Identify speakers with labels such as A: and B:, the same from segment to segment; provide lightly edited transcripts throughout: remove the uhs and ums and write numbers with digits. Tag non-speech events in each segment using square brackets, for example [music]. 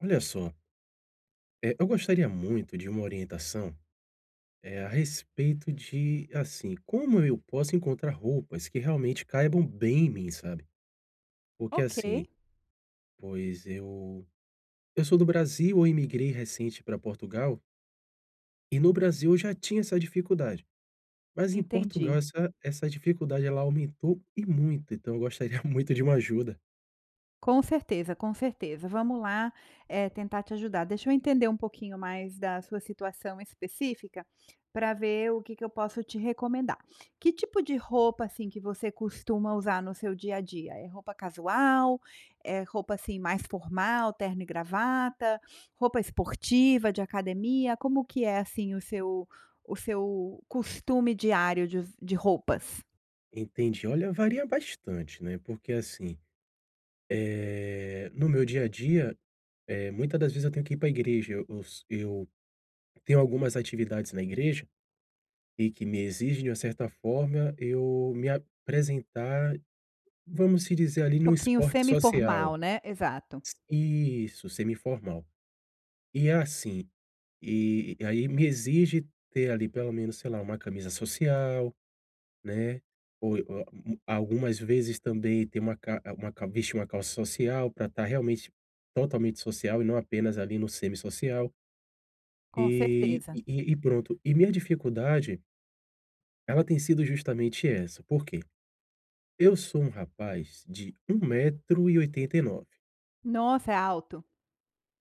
A: Olha só, eu gostaria muito de uma orientação, a respeito de, assim, como eu posso encontrar roupas que realmente caibam bem em mim, sabe? Porque
B: Ok,
A: assim, pois eu sou do Brasil, eu imigrei recente para Portugal, e no Brasil eu já tinha essa dificuldade, mas em Portugal
B: entendi.
A: essa dificuldade ela aumentou e muito, então eu gostaria [laughs] muito de uma ajuda.
B: Com certeza, com certeza. Vamos lá, tentar te ajudar. Deixa eu entender um pouquinho mais da sua situação específica para ver o que que eu posso te recomendar. Que tipo de roupa assim que você costuma usar no seu dia a dia? É roupa casual? É roupa assim mais formal, terno e gravata? Roupa esportiva de academia? Como que é assim o seu costume diário de roupas?
A: Entendi. Olha, varia bastante, né, porque assim, no meu dia a dia, muita das vezes eu tenho que ir para a igreja, eu tenho algumas atividades na igreja, e que me exigem de uma certa forma eu me apresentar, vamos se dizer
B: Um
A: ali num
B: pouquinho
A: esporte social.
B: semi-formal, né? Exato.
A: Isso, semi formal. E é assim, e aí me exige ter ali pelo menos, sei lá, uma camisa social, né, ou u algumas vezes também ter uma ca vestir uma calça social para estar realmente totalmente social e não apenas ali no semi social.
B: Com
A: E
B: certeza.
A: e e pronto. E minha dificuldade, ela tem sido justamente essa, por quê? Eu sou um rapaz de 1,89 m.
B: Nossa, é alto.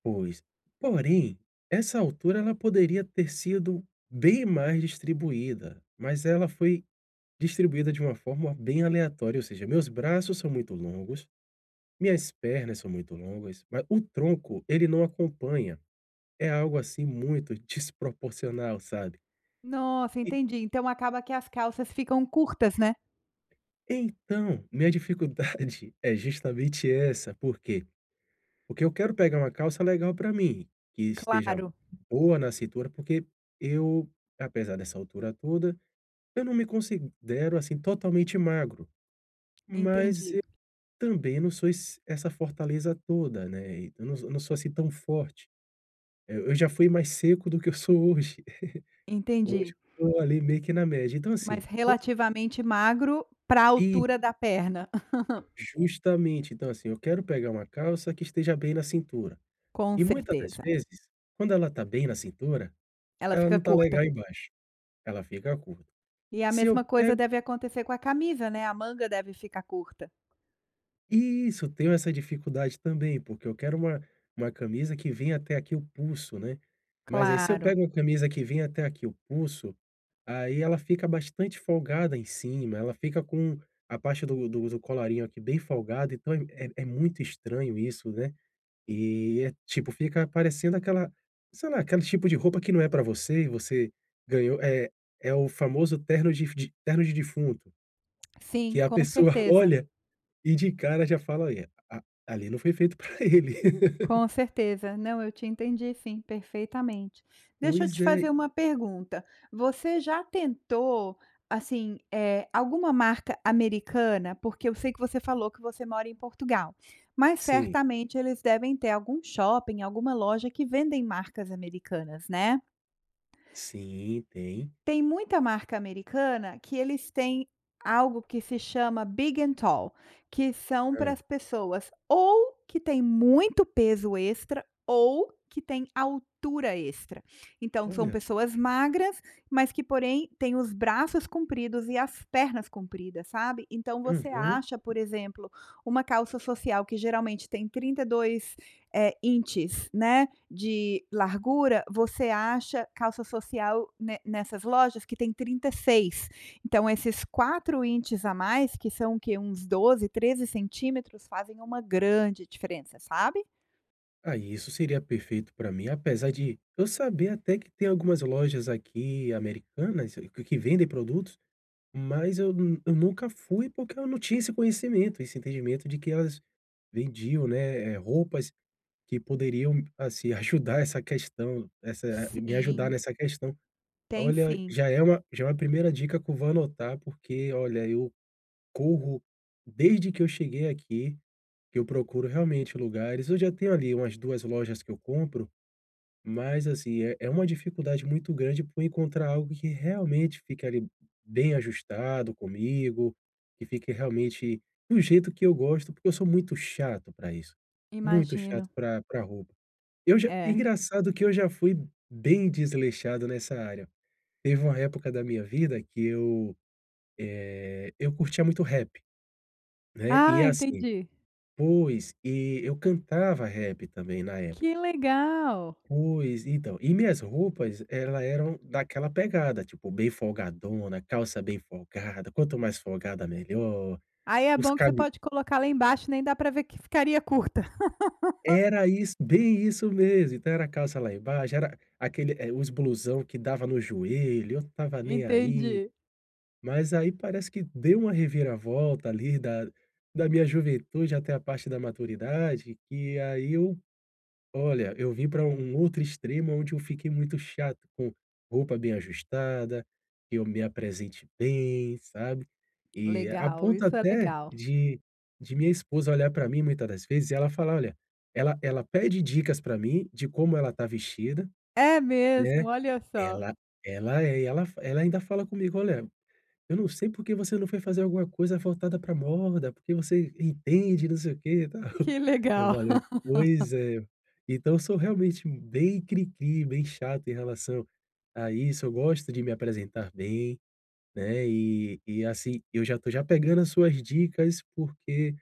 A: Pois, porém, essa altura ela poderia ter sido bem mais distribuída, mas ela foi distribuída de uma forma bem aleatória, ou seja, meus braços são muito longos, minhas pernas são muito longas, mas o tronco ele não acompanha, é algo assim muito [laughs] desproporcional, sabe?
B: Nossa, entendi. Então acaba que as calças ficam curtas, né.
A: Então, minha dificuldade [laughs] é justamente essa, por quê? Porque eu quero pegar uma calça legal para mim, que esteja
B: Claro,
A: boa na cintura, porque eu, apesar dessa altura toda, eu não me considero, assim, totalmente magro, mas
B: entendi,
A: eu também não sou esse essa fortaleza toda, né, e eu não sou, assim, tão forte. Eu já fui mais seco do que eu sou hoje. [laughs] Hoje
B: entendi.
A: eu tô ali meio que na média. Então,
B: Mas
A: assim, quando,
B: relativamente magro para a altura
A: isso,
B: da perna. [laughs]
A: justamente. Então, assim, eu quero pegar uma calça que esteja bem na cintura.
B: Com
A: E muitas das
B: certeza,
A: vezes, quando ela tá bem na cintura,
B: ela
A: ela
B: fica
A: não tá
B: curta.
A: legal embaixo, ela fica curta.
B: E a
A: Se eu
B: mesma coisa
A: pego
B: deve acontecer com a camisa, né, a manga deve ficar curta.
A: isso, tenho essa dificuldade também, porque eu quero uma camisa que venha até aqui o pulso, né. Mas aí se eu
B: Claro,
A: pego uma camisa que vem até aqui o pulso, aí ela fica bastante folgada em cima, ela fica com a parte do colarinho aqui bem folgada, então é muito estranho isso, né. E é tipo, fica parecendo aquela, sei lá, aquele tipo de roupa que não é pra você e você ganhou, é o famoso terno de defunto,
B: sim,
A: que a
B: com
A: pessoa [laughs]
B: certeza.
A: olha e de cara já fala: "É, a ali não foi feito pra ele". [laughs]
B: Com certeza. Não, eu te entendi sim, perfeitamente. Deixa eu
A: Pois
B: te
A: é.
B: fazer uma pergunta. Você já tentou, assim, alguma marca americana? Porque eu sei que você falou que você mora em Portugal, mas
A: Sim,
B: certamente eles devem ter algum shopping, alguma loja que vendem marcas americanas, né?
A: sim, tem.
B: Tem muita marca americana que eles têm algo que se chama Big and Tall, que são para
A: Hã.
B: as pessoas ou que tem muito peso extra ou que tem altura extra. Então são
A: Olha,
B: pessoas magras, mas que porém têm os braços compridos e as pernas compridas, sabe? Então você
A: uhum.
B: acha, por exemplo, uma calça social que geralmente tem 32 inches, né? de largura, você acha calça social nessas lojas que tem 36. Então, esses 4 inches a mais, que são que uns 12, 13 centímetros, fazem uma grande diferença, sabe?
A: Aí isso seria perfeito pra mim, apesar de eu saber até que tem algumas lojas aqui americanas que vendem produtos. Mas eu nunca fui porque eu não tinha esse conhecimento, esse entendimento de que elas vendiam, né, roupas que poderiam, assim, [laughs] ajudar essa questão, essa, me ajudar
B: Sim,
A: nessa questão.
B: tem
A: Olha,
B: sim,
A: já é uma primeira dica que eu vou anotar, porque olha, eu corro desde que eu cheguei aqui, que eu procuro realmente lugares, eu já tenho ali umas 2 lojas que eu compro, mas assim, é uma dificuldade muito grande por encontrar algo que realmente fique ali bem ajustado comigo, que fique realmente do jeito que eu gosto, porque eu sou muito chato para isso, muito chato
B: imagino.
A: para roupa. Eu já,
B: É.
A: engraçado que eu já fui bem desleixado nessa área. Teve uma época da minha vida que eu, eu curtia muito rap, né, e
B: Ah,
A: assim,
B: entendi.
A: pois, e eu cantava rap também na época.
B: Que legal!
A: Pois, então, e minhas roupas, ela eram daquela pegada, tipo, bem folgadona, calça bem folgada, quanto mais folgada melhor,
B: Aí é
A: os
B: bom que você
A: cabe,
B: pode colocar lá embaixo, nem dá pra ver que ficaria curta. [laughs]
A: era isso, bem isso mesmo, então era calça lá embaixo, era aquele, os blusão que dava no joelho, eu não estava nem aí,
B: Entendi.
A: mas aí parece que deu uma reviravolta ali da minha juventude até a parte da maturidade, que aí eu, olha, eu vim para um outro extremo onde eu fiquei muito chato com roupa bem ajustada, que eu me apresente bem, sabe, e a
B: Legal,
A: ponto
B: isso é
A: até
B: legal.
A: de minha esposa olhar para mim muitas das vezes e ela falar: "Olha", ela pede dicas para mim de como ela tá vestida,
B: É mesmo,
A: né,
B: olha só,
A: ela e ela ainda fala comigo: "Olha, eu não sei porque você não foi fazer alguma coisa voltada pra moda, porque você entende, não sei o quê e tal". [laughs]
B: que
A: Eu
B: legal.
A: falei: "Pois é". Então eu sou realmente bem cri-cri, bem chato em relação a isso, eu gosto de me apresentar bem, né, e assim, eu já tô já pegando as suas dicas, porque,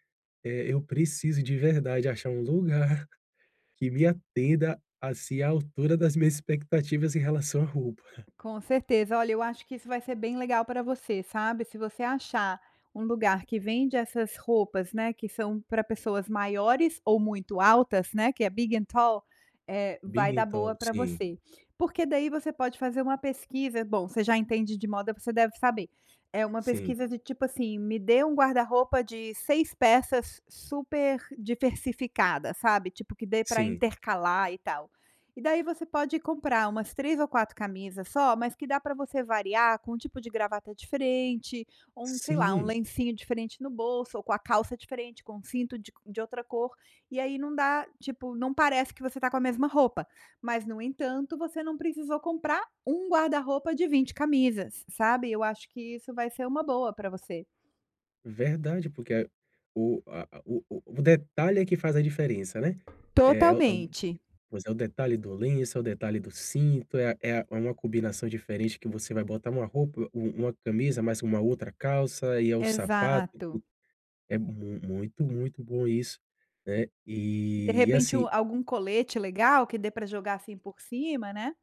A: eu preciso de verdade achar um lugar [laughs] que me atenda, assim, à altura das minhas expectativas em relação à roupa.
B: Com certeza. Olha, eu acho que isso vai ser bem legal para você, sabe? Se você achar um lugar que vende essas roupas, né, que são para pessoas maiores ou muito altas, né, que é big and tall,
A: Big
B: vai dar
A: and
B: boa
A: tall,
B: para
A: sim,
B: você. Porque daí você pode fazer uma pesquisa. Bom, você já entende de moda, você deve saber. É uma
A: sim,
B: pesquisa de tipo assim: me dê um guarda-roupa de 6 peças super diversificada, sabe? Tipo que dê para
A: sim,
B: intercalar e tal. E daí você pode comprar umas 3 ou 4 camisas só, mas que dá para você variar com um tipo de gravata diferente, ou um, sei lá, um
A: sim.
B: lencinho diferente no bolso, ou com a calça diferente, com um cinto de outra cor, e aí não dá tipo, não parece que você tá com a mesma roupa, mas no entanto, você não precisou comprar um guarda-roupa de 20 camisas, sabe. Eu acho que isso vai ser uma boa para você.
A: Verdade, porque a o a a o detalhe é que faz a diferença, né. É é o é o
B: Totalmente.
A: pois é o detalhe do lenço, é o detalhe do cinto, é a é a é uma combinação diferente, que você vai botar uma roupa u uma camisa, mais uma outra calça, e é o sapato
B: Exato.
A: que é mu muito, muito bom isso, né.
B: De
A: E
B: repente,
A: assim,
B: algum colete legal que dê para jogar assim por cima, né.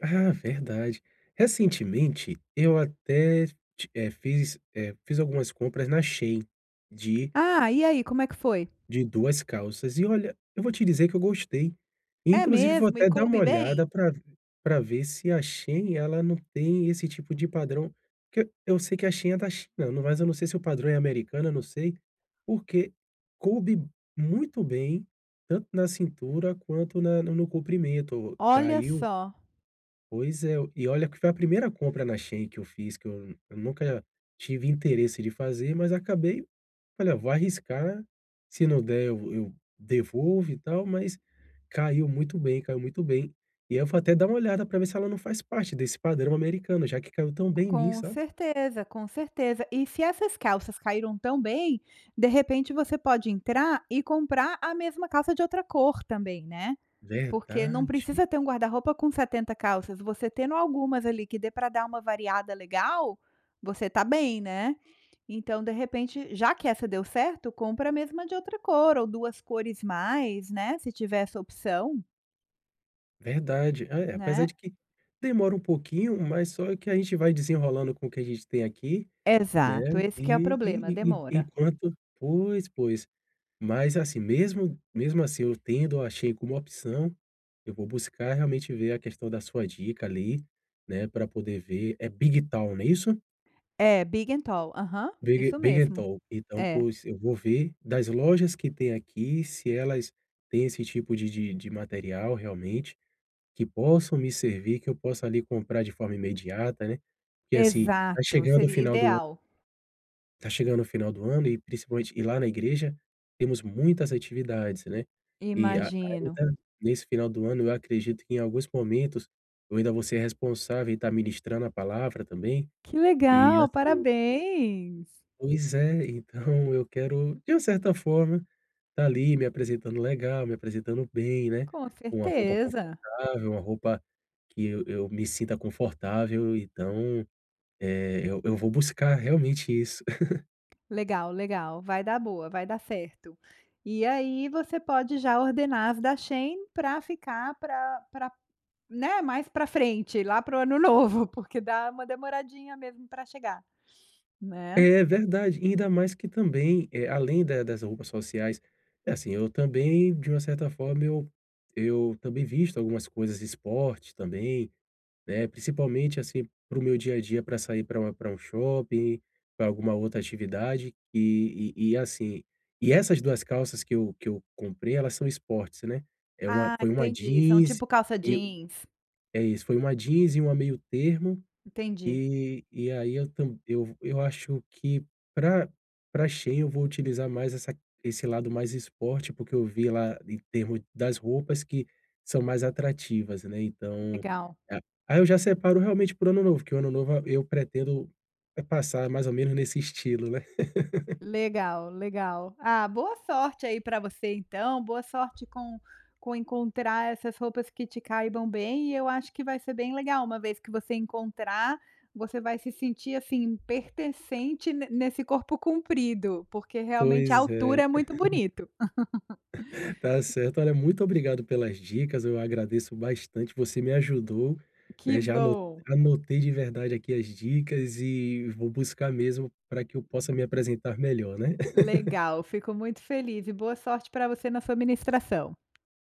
A: ah, verdade. Recentemente, eu até fiz, fiz algumas compras na Shein, de
B: Ah, e aí, como é que foi?
A: de 2 calças. E olha, eu vou te dizer que eu gostei. E
B: "É
A: inclusive vou
B: mesmo? E
A: até dar uma
B: coube
A: olhada
B: bem?"
A: para ver se a Shein ela não tem esse tipo de padrão, porque eu sei que a Shein é da China, no, mas eu não sei se o padrão é americano, eu não sei, porque coube muito bem, tanto na cintura quanto na, no comprimento,
B: Olha
A: caiu.
B: só,
A: Pois é, e olha que foi a primeira compra na Shein que eu fiz, que eu nunca tive interesse de fazer, mas acabei, olha, vou arriscar, se não der eu devolvo e tal, mas caiu muito bem, caiu muito bem. E aí eu vou até dar uma olhada para ver se ela não faz parte desse padrão americano, já que caiu tão bem em mim,
B: com
A: sabe.
B: certeza, com certeza. E se essas calças caíram tão bem, de repente você pode entrar e comprar a mesma calça de outra cor também, né. Porque não
A: Verdade,
B: precisa ter um guarda-roupa com 70 calças, você tendo algumas ali que dê para dar uma variada legal, você tá bem, né. Então, de repente, já que essa deu certo, compra a mesma de outra cor ou 2 cores mais, né, se tiver essa opção,
A: verdade. É, apesar
B: né.
A: de que demora um pouquinho, mas só que a gente vai desenrolando com o que a gente tem aqui, né,
B: Exato, esse que é o problema, demora.
A: enquanto, pois, pois. Mas assim, mesmo assim, eu tendo achei como opção, eu vou buscar realmente ver a questão da sua dica ali, né, para poder ver, é Bigtown, não é isso?
B: É, big and tall, aham,
A: Big
B: isso
A: big and
B: mesmo.
A: tall. Então,
B: É,
A: pois eu vou ver das lojas que tem aqui, se elas têm esse tipo de material realmente, que possam me servir, que eu possa ali comprar de forma imediata, né. Porque assim,
B: exato, seria ideal,
A: tá chegando o final do ano e principalmente, e lá na igreja temos muitas atividades, né. E a,
B: imagino.
A: ainda nesse final do ano eu acredito que em alguns momentos eu ainda vou ser responsável e estar ministrando a palavra também,
B: Que
A: e
B: legal,
A: assim,
B: parabéns.
A: pois é, então [laughs] eu quero, de uma certa forma, tá ali me apresentando legal, me apresentando bem, né,
B: Com
A: com uma roupa
B: certeza.
A: confortável, uma roupa que eu me sinta confortável, então, eu vou buscar realmente isso.
B: Legal, legal, vai dar boa, vai dar certo. E aí você pode já ordenar as da Shein para ficar para, né, mais para frente, lá para o ano [laughs] novo, porque dá uma demoradinha mesmo para chegar, né.
A: É verdade, e ainda mais que também, além da, das roupas sociais, é assim, eu também, de uma certa forma, eu também visto algumas coisas de esporte também, né, principalmente, assim, para o meu dia a dia, para sair, para uma, para um shopping, para alguma outra atividade, e assim, e essas 2 calças que eu comprei, elas são esportes, né, é uma,
B: Ah,
A: foi uma
B: entendi, são
A: jeans
B: tipo calça
A: e,
B: jeans.
A: é isso, foi uma jeans e uma meio termo,
B: Entendi.
A: e aí eu tam eu acho que, para pra Shein eu vou utilizar mais essa, esse lado mais esporte, porque eu vi lá em termo das roupas que são mais atrativas, né, então,
B: Legal,
A: a aí eu já separo realmente para o ano novo, que o ano novo eu pretendo, passar mais ou menos nesse estilo, né. [laughs]
B: legal, legal. Ah, boa sorte aí pra você então, boa sorte com encontrar essas roupas que te caibam bem e eu acho que vai ser bem legal, uma vez que você encontrar, você vai se sentir, assim, pertencente ne nesse corpo comprido, porque realmente a
A: Pois
B: altura
A: é.
B: é muito bonito.
A: Tá certo. Olha, muito obrigado pelas dicas, eu agradeço bastante, você me ajudou,
B: Que
A: né, já
B: bom,
A: anotei de verdade aqui as dicas e vou buscar mesmo para que eu possa me apresentar melhor, né.
B: legal, fico muito feliz e boa sorte pra você na sua ministração.